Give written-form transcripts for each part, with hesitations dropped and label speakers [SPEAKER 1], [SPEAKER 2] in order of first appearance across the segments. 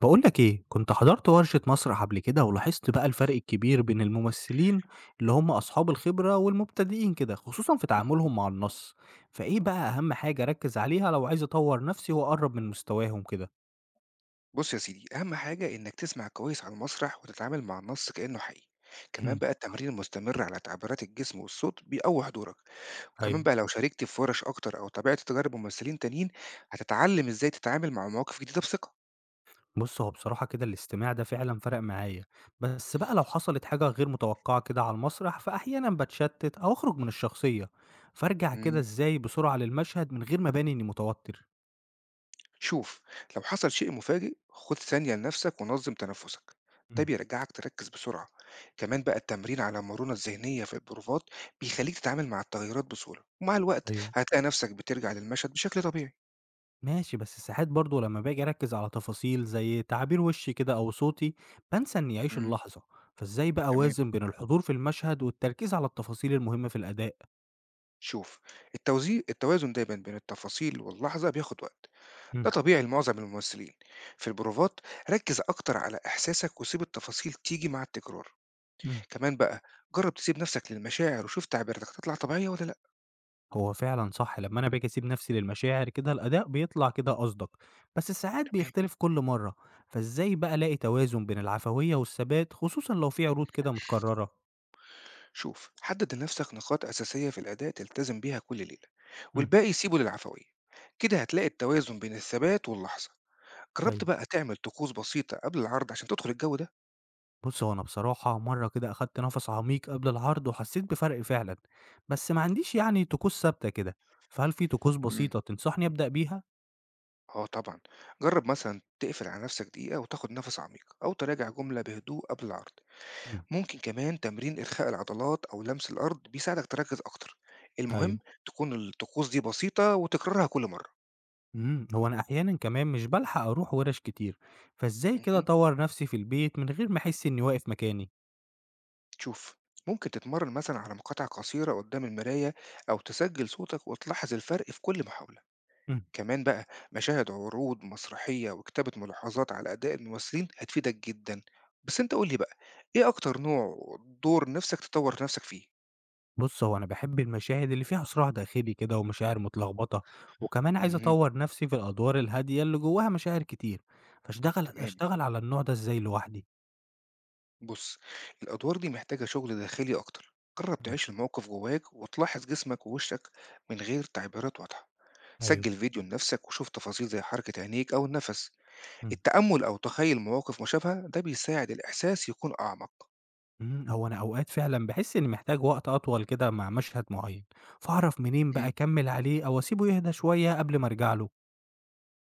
[SPEAKER 1] باقول لك إيه، كنت حضرت ورشة مسرح قبل كده ولاحظت بقى الفرق الكبير بين الممثلين اللي هم أصحاب الخبرة والمبتدئين كده، خصوصًا في
[SPEAKER 2] اهم.
[SPEAKER 1] تعاملهم مع النص، فإيه بقى أهم حاجة أركّز عليها لو عايز أطوّر نفسي وأقرّب من مستواهم كده؟
[SPEAKER 2] بُص يا سيدي، أهم حاجة إنك تسمع كويس على المسرح وتتعامل مع النص كإنه حقيقي، كمان
[SPEAKER 1] امم،
[SPEAKER 2] بقى التمرين المستمر على تعبيرات الجسم والصوت بيقوّي حضورك، وكمان
[SPEAKER 1] أيوه.
[SPEAKER 2] بقى لو شاركت في ورش أكتر أو تابعت تجارب ممثلين تانيين، هتتعلم إزاي تتعامل مع مواقف جديدة بثقة.
[SPEAKER 1] بُص، هو بصراحة كده الاستماع ده فعلًا فرق معايا، بس بقى لو حصلت حاجة غير متوقعة كده على المسرح، فأحيانًا باتشتت أو أخرج من الشخصية، فارجع كده
[SPEAKER 2] إمم،
[SPEAKER 1] إزاي بسرعة للمشهد من غير ما أبان إني متوتر؟
[SPEAKER 2] شوف. لو حصل شيء مفاجئ خُد ثانية لنفسك ونظم تنفسك، ده
[SPEAKER 1] امم،
[SPEAKER 2] بيرجعك تركز بسرعة، كمان بقى التمرين على المرونة الذهنية في البروفات بيخليك تتعامل مع التغيرات بسهولة، ومع الوقت
[SPEAKER 1] أيوه.
[SPEAKER 2] هتلاقي نفسك بترجع للمشهد بشكل طبيعي.
[SPEAKER 1] ماشي بس ساعات برضه لما باجي أركّز على تفاصيل زي تعابير وشّي كده أو صوتي، بانسى إنّي أعيش
[SPEAKER 2] إمم.
[SPEAKER 1] اللحظة، فإزاي بقى
[SPEAKER 2] تمام.
[SPEAKER 1] أوازن بين الحضور في المشهد والتركيز على التفاصيل المهمة في الأداء؟
[SPEAKER 2] شوف. التوازن دايما بين التفاصيل واللحظة بياخد وقت، ده
[SPEAKER 1] امم،
[SPEAKER 2] طبيعي لمعظم الممثلين. في البروفات ركز أكتر على إحساسك وسيب التفاصيل تيجي مع التكرار.
[SPEAKER 1] امم.
[SPEAKER 2] كمان بقى جرب تسيب نفسك للمشاعر وشوف تعبيراتك تطلع طبيعية ولا لأ.
[SPEAKER 1] هو فعلًا صح لما أنا باجي أسيب نفسي للمشاعر كده الأداء بيطلع كده أصدق، بس ساعات
[SPEAKER 2] تمام.
[SPEAKER 1] بيختلف كل مرّة، فإزاي بقى ألاقي توازن بين العفوية والثبات خصوصًا لو في عروض كده متكررة؟
[SPEAKER 2] شوف، حدد لنفسك نقاط أساسية في الأداء تلتزم بيها كل ليلة،
[SPEAKER 1] امم،
[SPEAKER 2] والباقي سيبه للعفوية، كده هتلاقي التوازن بين الثبات واللحظة. جربت
[SPEAKER 1] أيوه.
[SPEAKER 2] بقى تعمل طقوس بسيطة قبل العرض عشان تدخل الجو ده؟
[SPEAKER 1] بُص، هو أنا بصراحة مرّة كده أخدت نَفَس عميق قبل العرض وحسّيت بفرق فعلًا، بس ما عنديش يعني طقوس ثابتة كده، فهل في طقوس
[SPEAKER 2] مم.
[SPEAKER 1] بسيطة تنصحني أبدأ بيها؟
[SPEAKER 2] آه طبعًا، جرّب مثلًا تقفل على نفسك دقيقة وتاخد نفس عميق، أو تراجع جملة بهدوء قبل العرض،
[SPEAKER 1] إمم،
[SPEAKER 2] ممكن كمان تمرين إرخاء العضلات أو لمس الأرض بيساعدك تركّز أكتر،
[SPEAKER 1] أيوه،
[SPEAKER 2] المهم تكون الطقوس دي بسيطة وتكرارها كل مرة.
[SPEAKER 1] هو أنا أحيانًا كمان مش بالحق أروح ورش كتير، فإزاي كده
[SPEAKER 2] اهم،
[SPEAKER 1] أطوّر نَفْسي في البيت من غير ما أحس إني واقف مكاني؟
[SPEAKER 2] شوف. ممكن تتمرن مثلًا على مقاطع قصيرة قدّام المراية أو تسجّل صوتك وتلاحظ الفرق في كل محاولة.
[SPEAKER 1] إمم،
[SPEAKER 2] كمان بقى مشاهد عروض مسرحية وكتابة ملاحظات على أداء الممثلين هتفيدك جدا. بس أنت قول لي بقى، إيه أكتر نوع دور نفسك تطور نفسك فيه؟
[SPEAKER 1] بُص، هو أنا باحب المشاهد اللي فيها صراع داخلي كده ومشاعر متلخبطة، وكمان عايز
[SPEAKER 2] مهم.
[SPEAKER 1] أطوّر نَفْسي في الأدوار الهادية اللي جواها مشاعر كتير، فاشتغل
[SPEAKER 2] تمام.
[SPEAKER 1] أشتغل على النوع ده إزاي لوحدي؟
[SPEAKER 2] بص، الأدوار دي محتاجة شغل داخلي أكتر، جرب
[SPEAKER 1] إمم،
[SPEAKER 2] تعيش الموقف جواك وتلاحظ جسمك ووشك من غير تعبيرات واضحة.
[SPEAKER 1] أيوه،
[SPEAKER 2] سجل فيديو لنفسك وشوف تفاصيل زي حركة عينيك أو النفس.
[SPEAKER 1] إمم.
[SPEAKER 2] التأمل أو تخيل مواقف مشابهة ده بيساعد الإحساس يكون أعمق.
[SPEAKER 1] هو أنا أوقات فعلًا باحس إني محتاج وقت أطول كده مع مشهد معيّن، فأعرف منين بقى أكمّل عليه أو أسيبه يهدى شوية قبل ما أرجع له؟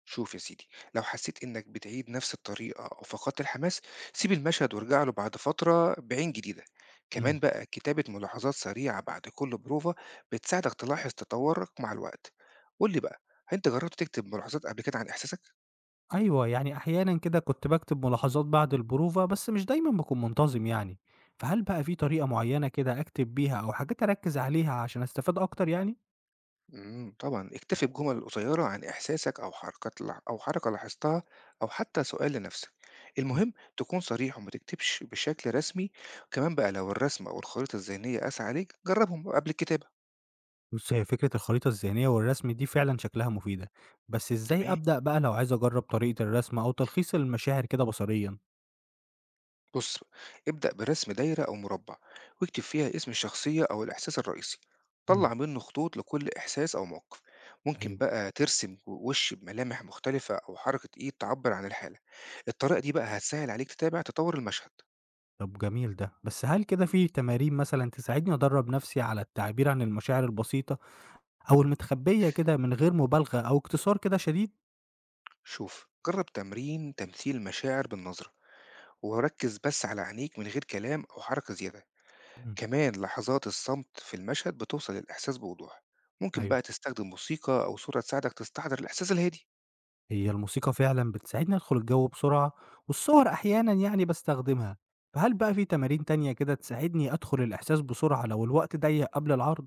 [SPEAKER 2] شوف يا سيدي، لو حسيت انك بتعيد نفس الطريقة او فقدت الحماس سيب المشهد وارجع له بعد فترة بعين جديدة. كمان
[SPEAKER 1] إمم.
[SPEAKER 2] بقى كتابة ملاحظات سريعة بعد كل بروفة بتساعدك تلاحظ تطورك مع الوقت. قول لي بقى، انت جربت تكتب ملاحظات قبل كده عن احساسك؟
[SPEAKER 1] أيوه، يعني أحيانًا كده كنت باكتب ملاحظات بعد البروفة، بس مش دايمًا باكون منتظم يعني، فهل بقى في طريقة معيّنة كده أكتب بيها أو حاجات أركّز عليها عشان أستفاد أكتر يعني؟
[SPEAKER 2] امم، طبعا اكتفي بجمل قصيرة عن احساسك او حركة لاحظتها او حتى سؤال لنفسك.
[SPEAKER 1] إمم.
[SPEAKER 2] المهم تكون صريح وما تكتبش بشكل رسمي. كمان بقى لو الرسم او الخريطة الذهنية قاسى عليك جربهم قبل الكتابة.
[SPEAKER 1] بُص، هي فكرة الخريطة الذهنية والرسم دي فعلًا شكلها مفيدة، بس إزاي
[SPEAKER 2] تمام.
[SPEAKER 1] أبدأ بقى لو عايز أجرّب طريقة الرسم أو تلخيص المشاعر كده بصريًا؟
[SPEAKER 2] بص، ابدأ برسم دايرة أو مربع واكتب فيها اسم الشخصية أو الإحساس الرئيسي،
[SPEAKER 1] إمم،
[SPEAKER 2] طلع منه خطوط لكل إحساس أو موقف. ممكن
[SPEAKER 1] أيوه.
[SPEAKER 2] بقى ترسم وش بملامح مختلفة أو حركة إيد تعبر عن الحالة. الطريقة دي بقى هتسهل عليك تتابع تطور المشهد.
[SPEAKER 1] طب جميل ده، بس هل كده في تمارين مثلًا تساعدني أدرّب نَفْسي على التعبير عن المشاعر البسيطة أو المتخبية كده من غير مبالغة أو اكتثار كده شديد؟
[SPEAKER 2] شوف، جرب تمرين تمثيل مشاعر بالنظرة، وركز بس على عينيك من غير كلام أو حركة زيادة.
[SPEAKER 1] إمم،
[SPEAKER 2] كمان لحظات الصمت في المشهد بتوصل للإحساس بوضوح. ممكن
[SPEAKER 1] أيوه،
[SPEAKER 2] بقى تستخدم موسيقى أو صورة تساعدك تستحضر الإحساس الهادي.
[SPEAKER 1] هي الموسيقى فعلًا بتساعدني أدخل الجو بسرعة والصور أحيانًا يعني باستخدمها، فهل بقى في تمارين تانية كده تساعدني أدخل الإحساس بسرعة لو الوقت ضيّق قبل العرض؟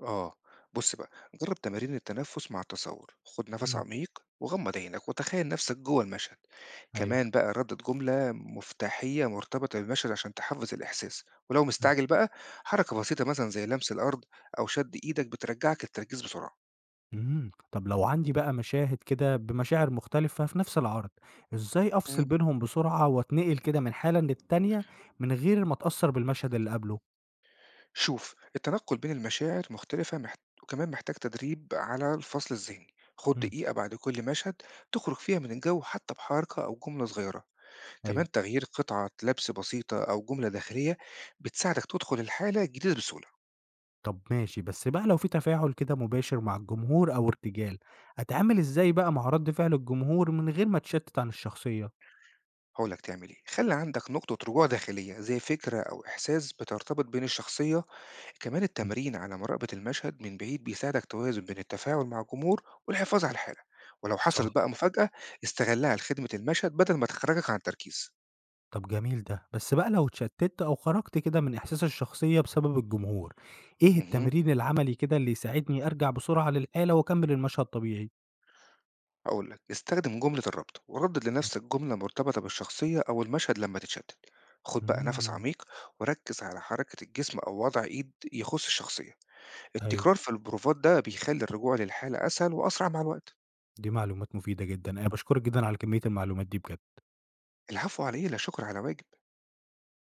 [SPEAKER 2] آه، بُص بقى، جرّب تمارين التنفس مع التصوّر، خُد نَفَس
[SPEAKER 1] إمم،
[SPEAKER 2] عميق وغمّض عينك وتخيّل نَفْسك جوّه المشهد،
[SPEAKER 1] أيوه.
[SPEAKER 2] كمان بقى ردِّد جملة مفتاحية مرتبطة بالمشهد عشان تحفّز الإحساس، ولو مستعجل بقى حركة بسيطة مثلًا زي لمس الأرض أو شَد إيدك بترجّعك للتركيز بسرعة.
[SPEAKER 1] طب لو عندي بقى مشاهد كده بمشاعر مختلفة في نفس العرض، إزاي أفصل
[SPEAKER 2] إمم.
[SPEAKER 1] بينهم بسرعة وأتنقل كده من حالة للتانية من غير ما أتأثّر بالمشهد اللي قبله؟
[SPEAKER 2] شوف، التنقُّل بين المشاعر مختلفة محت وكمان محتاج تدريب على الفصل الذهني، خُد
[SPEAKER 1] إمم،
[SPEAKER 2] دقيقة بعد كل مشهد تخرج فيها من الجَو حتّى بحركة أو جملة صغيرة.
[SPEAKER 1] أيوه،
[SPEAKER 2] كمان تغيير قطعة لبس بسيطة أو جملة داخلية بتساعدك تدخل الحالة الجديدة بسهولة.
[SPEAKER 1] طب ماشي، بس بقى لو في تفاعل كده مباشر مع الجمهور أو ارتجال، أتعامل إزاي بقى مع رد فعل الجمهور من غير ما أتشتت عن الشخصية؟
[SPEAKER 2] هقولك تعمل إيه، خلي عندك نقطة رجوع داخلية زي فكرة أو إحساس بترتبط بين الشخصية. كمان
[SPEAKER 1] إمم،
[SPEAKER 2] التمرين على مراقبة المشهد من بعيد بيساعدك توازن بين التفاعل مع الجمهور والحفاظ على الحالة. ولو
[SPEAKER 1] صح،
[SPEAKER 2] حصلت بقى مفاجأة استغلها لخدمة المشهد بدل ما تخرجك عن التركيز.
[SPEAKER 1] طب جميل ده، بس بقى لو اتشتت أو خرجت كده من إحساس الشخصية بسبب الجمهور، إيه
[SPEAKER 2] مهم.
[SPEAKER 1] التمرين العملي كده اللي يساعدني أرجع بسرعة للحالة وأكمل المشهد طبيعي؟
[SPEAKER 2] هقول لك، استخدم جملة الربط وردد لنفسك جملة مرتبطة بالشخصية أو المشهد لما تتشتت. خد بقى نفس
[SPEAKER 1] إمم.
[SPEAKER 2] عميق وركز على حركة الجسم أو وضع إيد يخص الشخصية.
[SPEAKER 1] أيوه،
[SPEAKER 2] التكرار في البروفات ده بيخلي الرجوع للحالة أسهل وأسرع مع الوقت.
[SPEAKER 1] دي معلومات مفيدة جدًا. أنا باشكرك جدًا على كمية المعلومات دي بجد.
[SPEAKER 2] العفو عليه، لا شكر على واجب.